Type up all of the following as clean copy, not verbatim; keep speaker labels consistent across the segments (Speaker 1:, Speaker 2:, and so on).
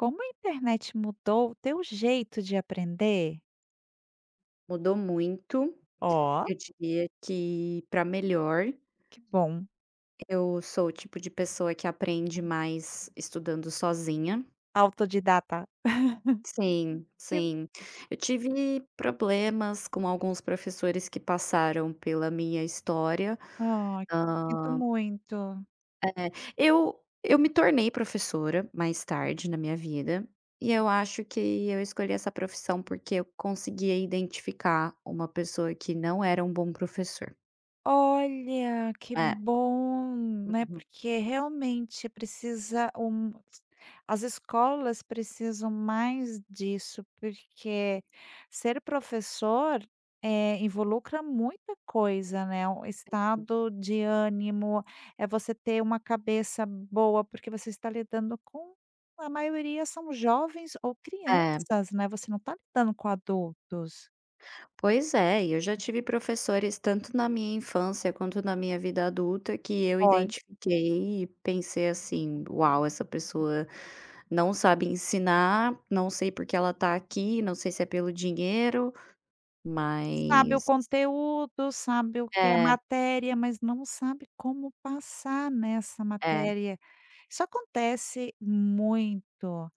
Speaker 1: Como a internet mudou o teu jeito de aprender?
Speaker 2: Mudou muito,
Speaker 1: Ó,
Speaker 2: eu diria que para melhor.
Speaker 1: que bom.
Speaker 2: Eu sou o tipo de pessoa que aprende mais estudando sozinha.
Speaker 1: Autodidata.
Speaker 2: Sim,
Speaker 1: Que
Speaker 2: sim. Eu tive problemas com alguns professores que passaram pela minha história.
Speaker 1: ah, sinto
Speaker 2: Hã,
Speaker 1: muito.
Speaker 2: eu me tornei professora mais tarde na minha vida, e eu acho que eu escolhi essa profissão porque eu conseguia identificar uma pessoa que não era um bom professor.
Speaker 1: Olha, que
Speaker 2: É,
Speaker 1: bom, né,
Speaker 2: uhum.
Speaker 1: porque realmente precisa um, as escolas precisam mais disso, porque ser professor, involucra muita coisa, né, o estado de ânimo, é você ter uma cabeça boa, porque você está lidando com a maioria, são jovens ou
Speaker 2: É.
Speaker 1: crianças, né, você não está lidando com adultos.
Speaker 2: Pois é, e eu já tive professores tanto na minha infância quanto na minha vida adulta que eu
Speaker 1: Olha.
Speaker 2: identifiquei e pensei assim: "Uau, essa pessoa não sabe ensinar, não sei por que ela tá aqui, não sei se é pelo dinheiro",
Speaker 1: Sabe o
Speaker 2: mas
Speaker 1: conteúdo, sabe o que é a
Speaker 2: é,
Speaker 1: matéria, mas não sabe como passar nessa
Speaker 2: é,
Speaker 1: matéria. Isso acontece muito.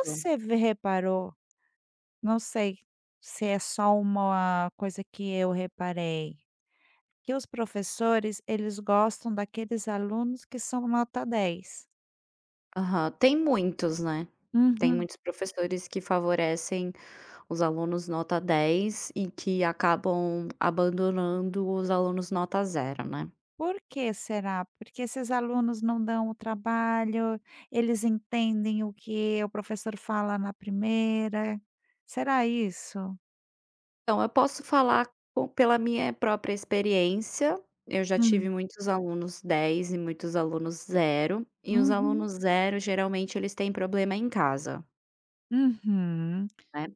Speaker 2: tô.
Speaker 1: ve reparou, não sei se é só uma coisa que eu reparei, que os professores, eles gostam daqueles alunos que são nota 10.
Speaker 2: Aham. Tem muitos, né. Tem
Speaker 1: Uhum.
Speaker 2: muitos professores que favorecem os alunos nota 10 e que acabam abandonando os alunos nota zero, né.
Speaker 1: Por que será? Porque esses alunos não dão o trabalho, eles entendem o que o professor fala na primeira. Será isso?
Speaker 2: Então, eu posso falar com pela minha própria experiência, eu já tive
Speaker 1: Hum.
Speaker 2: muitos alunos 10 e muitos alunos zero. E os
Speaker 1: Uhum.
Speaker 2: alunos zero geralmente eles têm problema em casa,
Speaker 1: Uhum.
Speaker 2: né.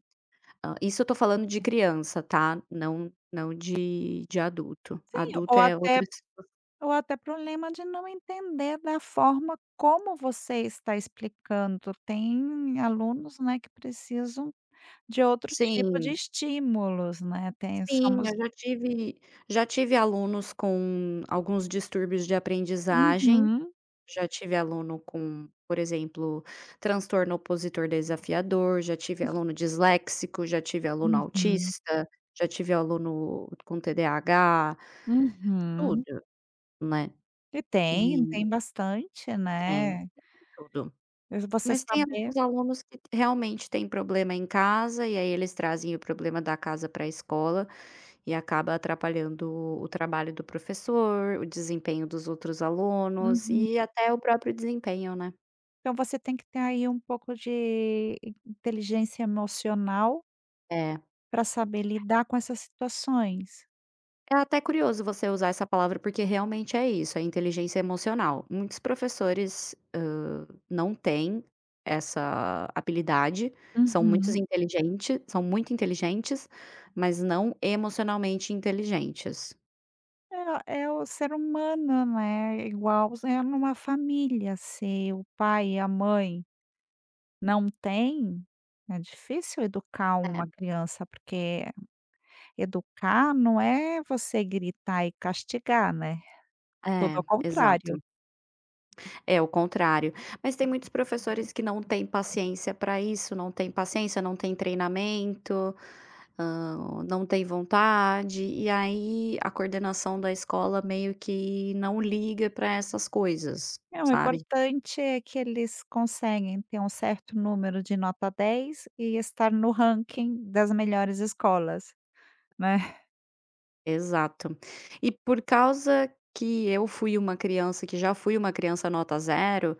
Speaker 2: Isso eu tô falando de criança, tá, não de adulto,
Speaker 1: Sim,
Speaker 2: adulto
Speaker 1: ou
Speaker 2: é
Speaker 1: até,
Speaker 2: outra situa.
Speaker 1: ou até problema de não entender da forma como você está explicando. Tem alunos, né, que precisam de outro tipo de
Speaker 2: Sim,
Speaker 1: estímulos, né, tem
Speaker 2: sim,
Speaker 1: somos.
Speaker 2: eu já tive alunos com alguns distúrbios de aprendizagem.
Speaker 1: Uhum,
Speaker 2: Já tive aluno com, por exemplo, transtorno opositor desafiador, já tive aluno disléxico, já tive aluno
Speaker 1: uhum,
Speaker 2: autista, já tive aluno com TDAH,
Speaker 1: uhum.
Speaker 2: tudo, né.
Speaker 1: E tem,
Speaker 2: E
Speaker 1: tem bastante,
Speaker 2: tem,
Speaker 1: né.
Speaker 2: tudo.
Speaker 1: Mas você
Speaker 2: Mas tem
Speaker 1: saber.
Speaker 2: alguns alunos que realmente têm problema em casa, e aí eles trazem o problema da casa para a escola, e acaba atrapalhando o trabalho do professor, o desempenho dos outros alunos
Speaker 1: Uhum.
Speaker 2: e até o próprio desempenho, né.
Speaker 1: Então você tem que ter aí um pouco de inteligência emocional
Speaker 2: É.
Speaker 1: para saber lidar com essas situações.
Speaker 2: É até curioso você usar essa palavra, porque realmente é isso, é inteligência emocional. Muitos professores, não têm essa habilidade, são muitos
Speaker 1: Uhum.
Speaker 2: inteligentes, são muito inteligentes, mas não emocionalmente inteligentes.
Speaker 1: É é o ser humano, né, é igual é numa família, se o pai e a mãe não têm, é difícil educar
Speaker 2: É,
Speaker 1: uma criança, porque educar não é você gritar e castigar, né, tudo ao
Speaker 2: é, exato.
Speaker 1: contrário.
Speaker 2: É o contrário. Mas tem muitos professores que não têm paciência para isso, não têm paciência, não têm treinamento. Não tem vontade, e aí a coordenação da escola meio que não liga para essas coisas,
Speaker 1: É, o
Speaker 2: sabe?
Speaker 1: importante é que eles conseguem ter um certo número de nota 10 e estar no ranking das melhores escolas, né.
Speaker 2: Exato. E por causa que eu fui uma criança que já fui uma criança nota zero,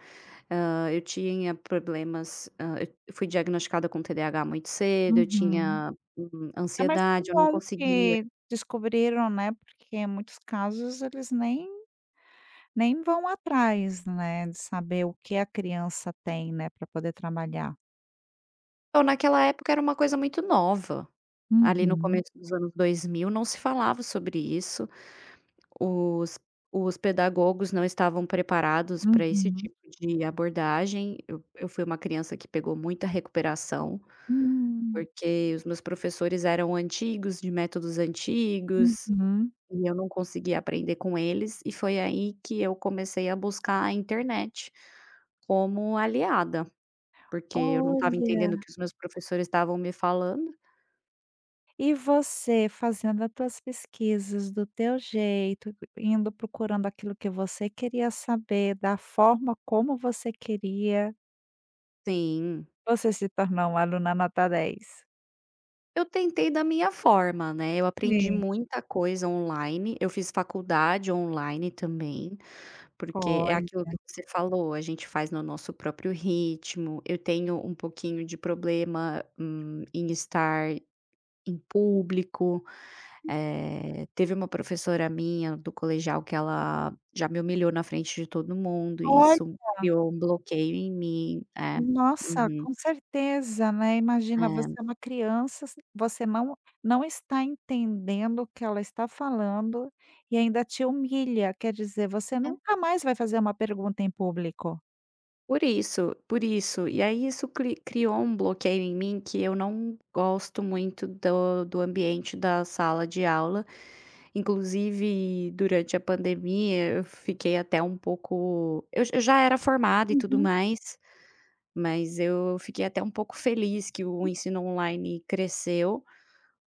Speaker 2: eu tinha problemas. Eu fui diagnosticada com TDAH muito cedo, eu
Speaker 1: Uhum.
Speaker 2: tinha,
Speaker 1: Ah, mas que
Speaker 2: ansiedade, eu não
Speaker 1: bom
Speaker 2: conseguia.
Speaker 1: que descobriram, né, porque em muitos casos eles nem vão atrás, né, de saber o que a criança tem, né, para poder trabalhar.
Speaker 2: Então naquela época era uma coisa muito nova, ali no começo
Speaker 1: Uhum,
Speaker 2: dos anos 2000 não se falava sobre isso. Os os pedagogos não estavam preparados para esse
Speaker 1: uhum.
Speaker 2: tipo de abordagem. Eu fui uma criança que pegou muita recuperação,
Speaker 1: Hum.
Speaker 2: porque os meus professores eram antigos, de métodos antigos,
Speaker 1: Uhum.
Speaker 2: e eu não conseguia aprender com eles, e foi aí que eu comecei a buscar a internet como aliada, porque eu não estava entendendo o
Speaker 1: Olha.
Speaker 2: que os meus professores estavam me falando.
Speaker 1: E você fazendo as tuas pesquisas do teu jeito, indo procurando aquilo que você queria saber, da forma como você queria,
Speaker 2: Sim.
Speaker 1: você se tornou uma aluna nota 10.
Speaker 2: Eu tentei da minha forma, né, eu aprendi
Speaker 1: Sim.
Speaker 2: muita coisa online, eu fiz faculdade online também, porque é aquilo
Speaker 1: Olha,
Speaker 2: que você falou, a gente faz no nosso próprio ritmo. Eu tenho um pouquinho de problema, em estar em público. Teve uma professora minha do colegial que ela já me humilhou na frente de todo mundo e
Speaker 1: olha,
Speaker 2: isso criou um bloqueio em mim. É.
Speaker 1: nossa,
Speaker 2: Uhum.
Speaker 1: com certeza, né, imagina, você é uma criança, s você não está entendendo o que ela está falando e ainda te humilha, quer dizer, você
Speaker 2: É.
Speaker 1: nunca mais vai fazer uma pergunta em público.
Speaker 2: Por isso, por isso. E aí isso criou um bloqueio em mim que eu não gosto muito do ambiente da sala de aula. Inclusive, durante a pandemia, eu fiquei até um pouco, eu já era formada e tudo
Speaker 1: Uhum.
Speaker 2: mais, mas eu fiquei até um pouco feliz que o ensino online cresceu,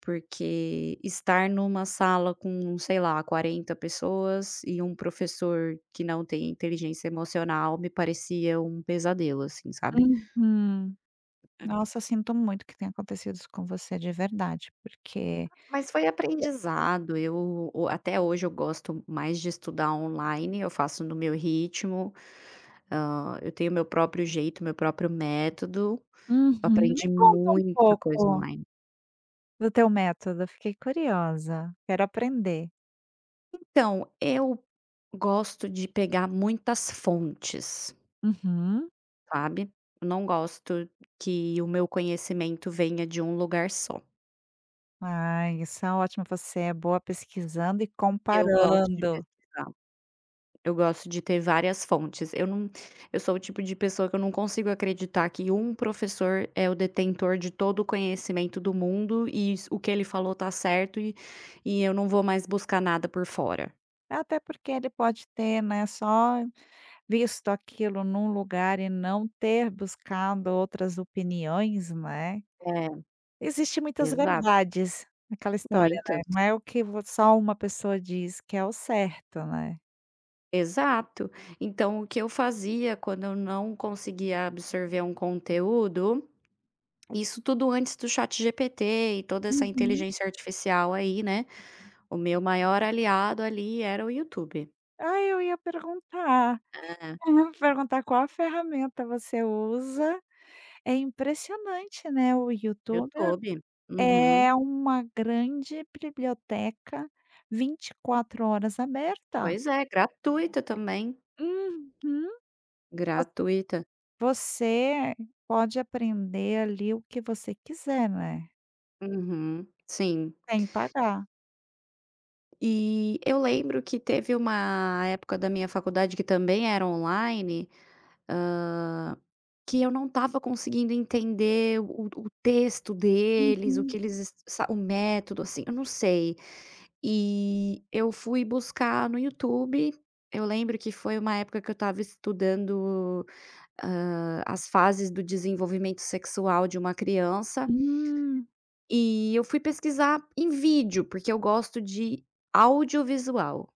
Speaker 2: porque estar numa sala com, sei lá, 40 pessoas e um professor que não tem inteligência emocional me parecia um pesadelo, assim, sabe?
Speaker 1: Uhum. Nossa, sinto muito que tenha acontecido isso com você, de verdade, porque
Speaker 2: Mas foi
Speaker 1: é.
Speaker 2: aprendizado, eu o até hoje eu gosto mais de estudar online, eu faço no meu ritmo. Eu tenho meu próprio jeito, meu próprio método, eu
Speaker 1: Uhum. Me
Speaker 2: aprendi
Speaker 1: conta um
Speaker 2: muita coisa
Speaker 1: pouco
Speaker 2: online.
Speaker 1: do teu método, fiquei curiosa, quero aprender.
Speaker 2: Então, eu gosto de pegar muitas fontes,
Speaker 1: Uhum.
Speaker 2: sabe. Eu não gosto que o meu conhecimento venha de um lugar só,
Speaker 1: Ai, isso é ótimo, você é boa pesquisando e
Speaker 2: eu gosto de
Speaker 1: comparando.
Speaker 2: pesquisar. Eu gosto de ter várias fontes. Eu não eu sou o tipo de pessoa que eu não consigo acreditar que um professor é o detentor de todo o conhecimento do mundo e s o que ele falou tá certo, e eu não vou mais buscar nada por fora.
Speaker 1: Até porque ele pode ter, né, só visto aquilo num lugar e não ter buscado outras opiniões, né.
Speaker 2: É,
Speaker 1: Existem muitas
Speaker 2: exato.
Speaker 1: verdades naquela história, né,
Speaker 2: Muitas.
Speaker 1: não é o que vo só uma pessoa diz que é o certo, né.
Speaker 2: Exato. Então o que eu fazia quando eu não conseguia absorver um conteúdo, isso tudo antes do ChatGPT e toda essa
Speaker 1: Uhum.
Speaker 2: inteligência artificial aí, né, o meu maior aliado ali era o YouTube,
Speaker 1: Ah, eu ia perguntar,
Speaker 2: né.
Speaker 1: eu ia perguntar qual a ferramenta você usa. É impressionante, né, o YouTube
Speaker 2: YouTube. Uhum.
Speaker 1: é uma grande biblioteca 24 horas aberta.
Speaker 2: Pois é, gratuita também.
Speaker 1: Uhum. Vo
Speaker 2: Gratuita.
Speaker 1: você pode aprender ali o que você quiser, né,
Speaker 2: Uhum, sim.
Speaker 1: sem pagar.
Speaker 2: E eu lembro que teve uma época da minha faculdade que também era online. ah, Que eu não estava conseguindo entender o texto deles, o
Speaker 1: Uhum.
Speaker 2: que eles es sa o método, assim, eu não sei. E eu fui buscar no YouTube, eu lembro que foi uma época que eu estava estudando, as fases do desenvolvimento sexual de uma criança,
Speaker 1: Hum.
Speaker 2: e eu fui pesquisar em vídeo, porque eu gosto de audiovisual,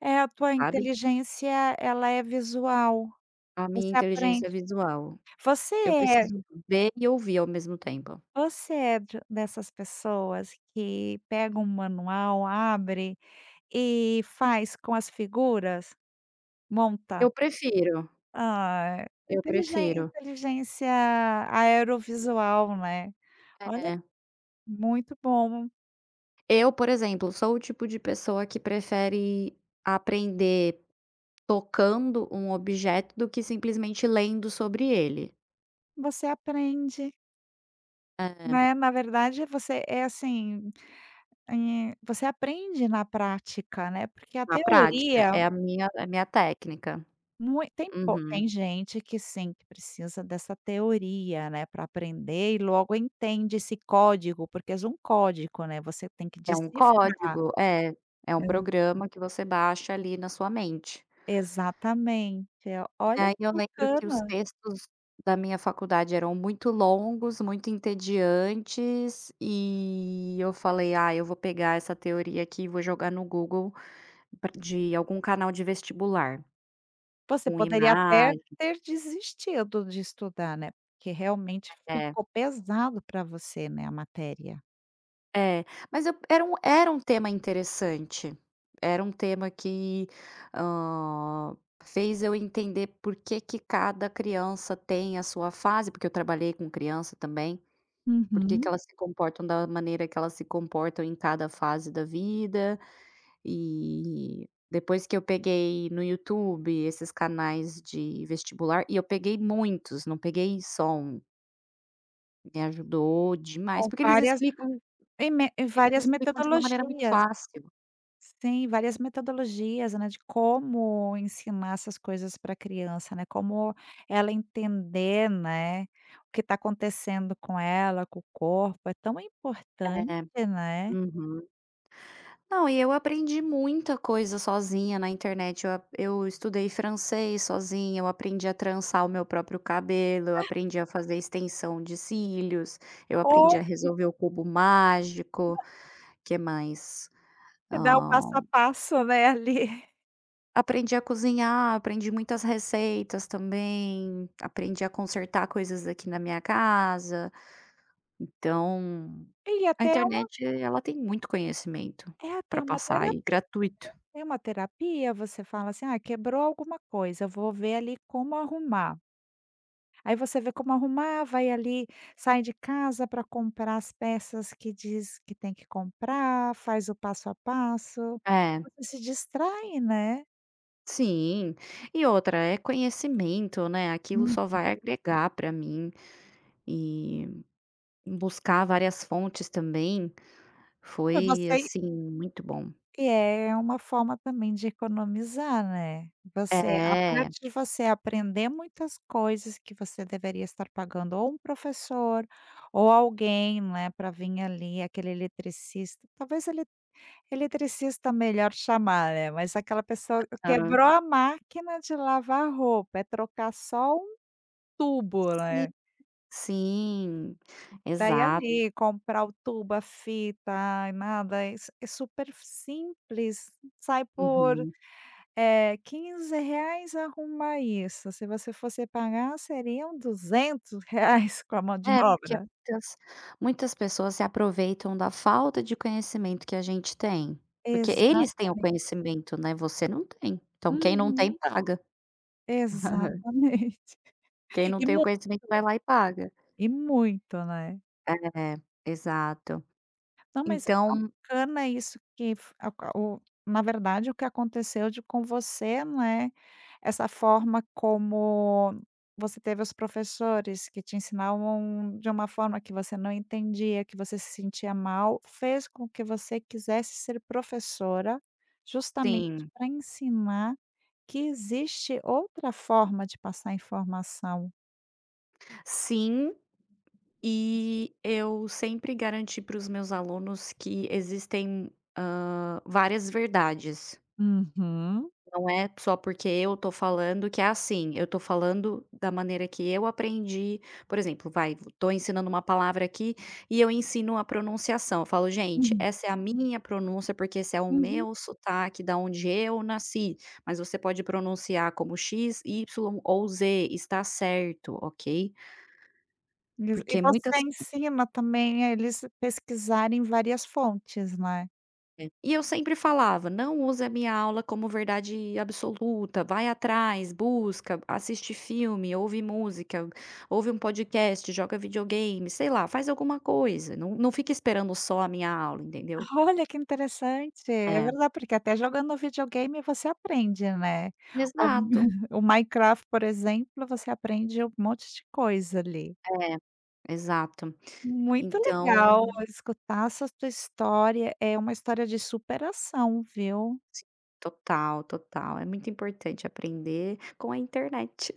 Speaker 1: É, a tua
Speaker 2: sabe,
Speaker 1: inteligência, ela é visual,
Speaker 2: a minha
Speaker 1: você
Speaker 2: inteligência
Speaker 1: aprende.
Speaker 2: visual.
Speaker 1: Você
Speaker 2: Eu
Speaker 1: é,
Speaker 2: preciso ver e ouvir ao mesmo tempo.
Speaker 1: de dessas pessoas que pega um manual, abre e faz com as figuras? Monta?
Speaker 2: Eu prefiro.
Speaker 1: Ah,
Speaker 2: Eu
Speaker 1: inteligen
Speaker 2: prefiro.
Speaker 1: inteligência aerovisual, né. Olha,
Speaker 2: É.
Speaker 1: muito bom.
Speaker 2: Eu, por exemplo, sou o tipo de pessoa que prefere aprender tocando um objeto do que simplesmente lendo sobre ele.
Speaker 1: Você aprende,
Speaker 2: É,
Speaker 1: né, na verdade você é assim, você aprende na prática, né, porque a
Speaker 2: na prática,
Speaker 1: teoria.
Speaker 2: é a minha técnica.
Speaker 1: Mui tem po
Speaker 2: Uhum.
Speaker 1: Tem gente que sim, que precisa dessa teoria, né, para aprender e logo entende esse código, porque é um código, né, você tem que
Speaker 2: É um
Speaker 1: decifrar.
Speaker 2: código, é. É um programa que você baixa ali na sua mente.
Speaker 1: Exatamente. É,
Speaker 2: E
Speaker 1: olha
Speaker 2: aí
Speaker 1: que
Speaker 2: eu lembro que os
Speaker 1: bacana.
Speaker 2: textos da minha faculdade eram muito longos, muito entediantes, e eu falei: "Ah, eu vou pegar essa teoria aqui e vou jogar no Google pra de algum canal de vestibular,
Speaker 1: Você
Speaker 2: com
Speaker 1: poderia até
Speaker 2: imagem".
Speaker 1: ter desistido de estudar, né, porque realmente
Speaker 2: É,
Speaker 1: ficou pesado para você, né, a matéria.
Speaker 2: é. Mas eu era um tema interessante, era um tema que, hã, fez eu entender por que que cada criança tem a sua fase, porque eu trabalhei com criança também, por que que
Speaker 1: Uhum.
Speaker 2: elas se comportam da maneira que elas se comportam em cada fase da vida, e depois que eu peguei no YouTube esses canais de vestibular e eu peguei muitos, não peguei só um. Me ajudou demais,
Speaker 1: Com
Speaker 2: porque eles
Speaker 1: várias,
Speaker 2: explicam
Speaker 1: e
Speaker 2: eles
Speaker 1: várias
Speaker 2: explicam de uma maneira muito
Speaker 1: metodologias.
Speaker 2: fácil.
Speaker 1: Sim, várias metodologias, né, de como ensinar essas coisas para a criança, né, como ela entender, né, o que está acontecendo com ela, com o corpo, é tão importante,
Speaker 2: É,
Speaker 1: né.
Speaker 2: uhum. Não, e eu aprendi muita coisa sozinha na internet, eu estudei francês sozinha, eu aprendi a trançar o meu próprio cabelo, eu aprendi a fazer extensão de cílios, eu
Speaker 1: Ou
Speaker 2: aprendi a resolver o cubo mágico, que mais?
Speaker 1: você o passo
Speaker 2: Hã,
Speaker 1: a passo, né, ali.
Speaker 2: Aprendi a cozinhar, aprendi muitas receitas também, aprendi a consertar coisas aqui na minha casa, então
Speaker 1: E
Speaker 2: a
Speaker 1: até é uma
Speaker 2: internet, ela tem muito conhecimento
Speaker 1: É
Speaker 2: para
Speaker 1: até uma
Speaker 2: passar e
Speaker 1: terapia,
Speaker 2: gratuito.
Speaker 1: é uma terapia, você fala assim: "Ah, quebrou alguma coisa, eu vou ver ali como arrumar". Aí você vê como arrumar, vai ali, sai de casa para comprar as peças que diz que tem que comprar, faz o passo a passo,
Speaker 2: É,
Speaker 1: você se distrai, né.
Speaker 2: sim. E outra, é conhecimento, né, aquilo
Speaker 1: Uhum.
Speaker 2: só vai agregar para mim, e buscar várias fontes também
Speaker 1: Pra
Speaker 2: foi,
Speaker 1: você
Speaker 2: assim, muito bom.
Speaker 1: e é uma forma também de economizar, né. Você, a
Speaker 2: É,
Speaker 1: parte de você aprender muitas coisas que você deveria estar pagando ou um professor, ou alguém, né, para vir ali, aquele eletricista, talvez eletricista melhor chamar, né, mas aquela pessoa
Speaker 2: aham.
Speaker 1: quebrou a máquina de lavar roupa, é trocar só um tubo,
Speaker 2: Sim,
Speaker 1: né,
Speaker 2: sim,
Speaker 1: daí
Speaker 2: exato.
Speaker 1: ali comprar o tubo, a fita, ai nada, é su é super simples, sai por,
Speaker 2: Uhum.
Speaker 1: R$ 15 arrumar isso, se você fosse pagar seriam R$ 200 com a mão de
Speaker 2: É, porque
Speaker 1: obra.
Speaker 2: muitas muitas pessoas se aproveitam da falta de conhecimento que a gente tem, porque eles têm o
Speaker 1: Exatamente.
Speaker 2: conhecimento, né, você não tem. Então quem não tem
Speaker 1: Uhum,
Speaker 2: paga.
Speaker 1: exatamente.
Speaker 2: Quem não
Speaker 1: E
Speaker 2: tem o
Speaker 1: mu
Speaker 2: conhecimento vai lá e paga.
Speaker 1: e muito, né.
Speaker 2: É, exato.
Speaker 1: Não, mas ah,
Speaker 2: Então,
Speaker 1: bacana isso que f a ca o na verdade, o que aconteceu de com você, né, essa forma como você teve os professores que te ensinavam de uma forma que você não entendia, que você se sentia mal, fez com que você quisesse ser professora, justamente
Speaker 2: sim.
Speaker 1: para ensinar que existe outra forma de passar informação.
Speaker 2: Sim, e eu sempre garanti para os meus alunos que existem, várias verdades.
Speaker 1: Uhum.
Speaker 2: Não é só porque eu tô falando que é assim, eu tô falando da maneira que eu aprendi. Por exemplo, vai, tô ensinando uma palavra aqui e eu ensino a pronunciação. Eu falo: "Gente, essa é a minha pronúncia, porque esse é o
Speaker 1: Uhum.
Speaker 2: meu sotaque da onde eu nasci, mas você pode pronunciar como X, Y ou Z, está certo, ok?"
Speaker 1: Eles, e
Speaker 2: Porque muitas.
Speaker 1: você ensina também a eles pesquisarem várias fontes, né.
Speaker 2: É. E eu sempre falava: "Não use a minha aula como verdade absoluta, vai atrás, busca, assiste filme, ouve música, ouve um podcast, joga videogame, sei lá, faz alguma coisa, não fica esperando só a minha aula", entendeu?
Speaker 1: Olha, que interessante. É
Speaker 2: É,
Speaker 1: verdade, porque até jogando videogame você aprende, né. O Hum.
Speaker 2: exato,
Speaker 1: O Minecraft, por exemplo, você aprende um monte de coisa ali.
Speaker 2: é, exato.
Speaker 1: Muito legal
Speaker 2: Então,
Speaker 1: escutar essa tua história, é uma história de superação, viu.
Speaker 2: sim, total, total, é muito importante aprender com a internet.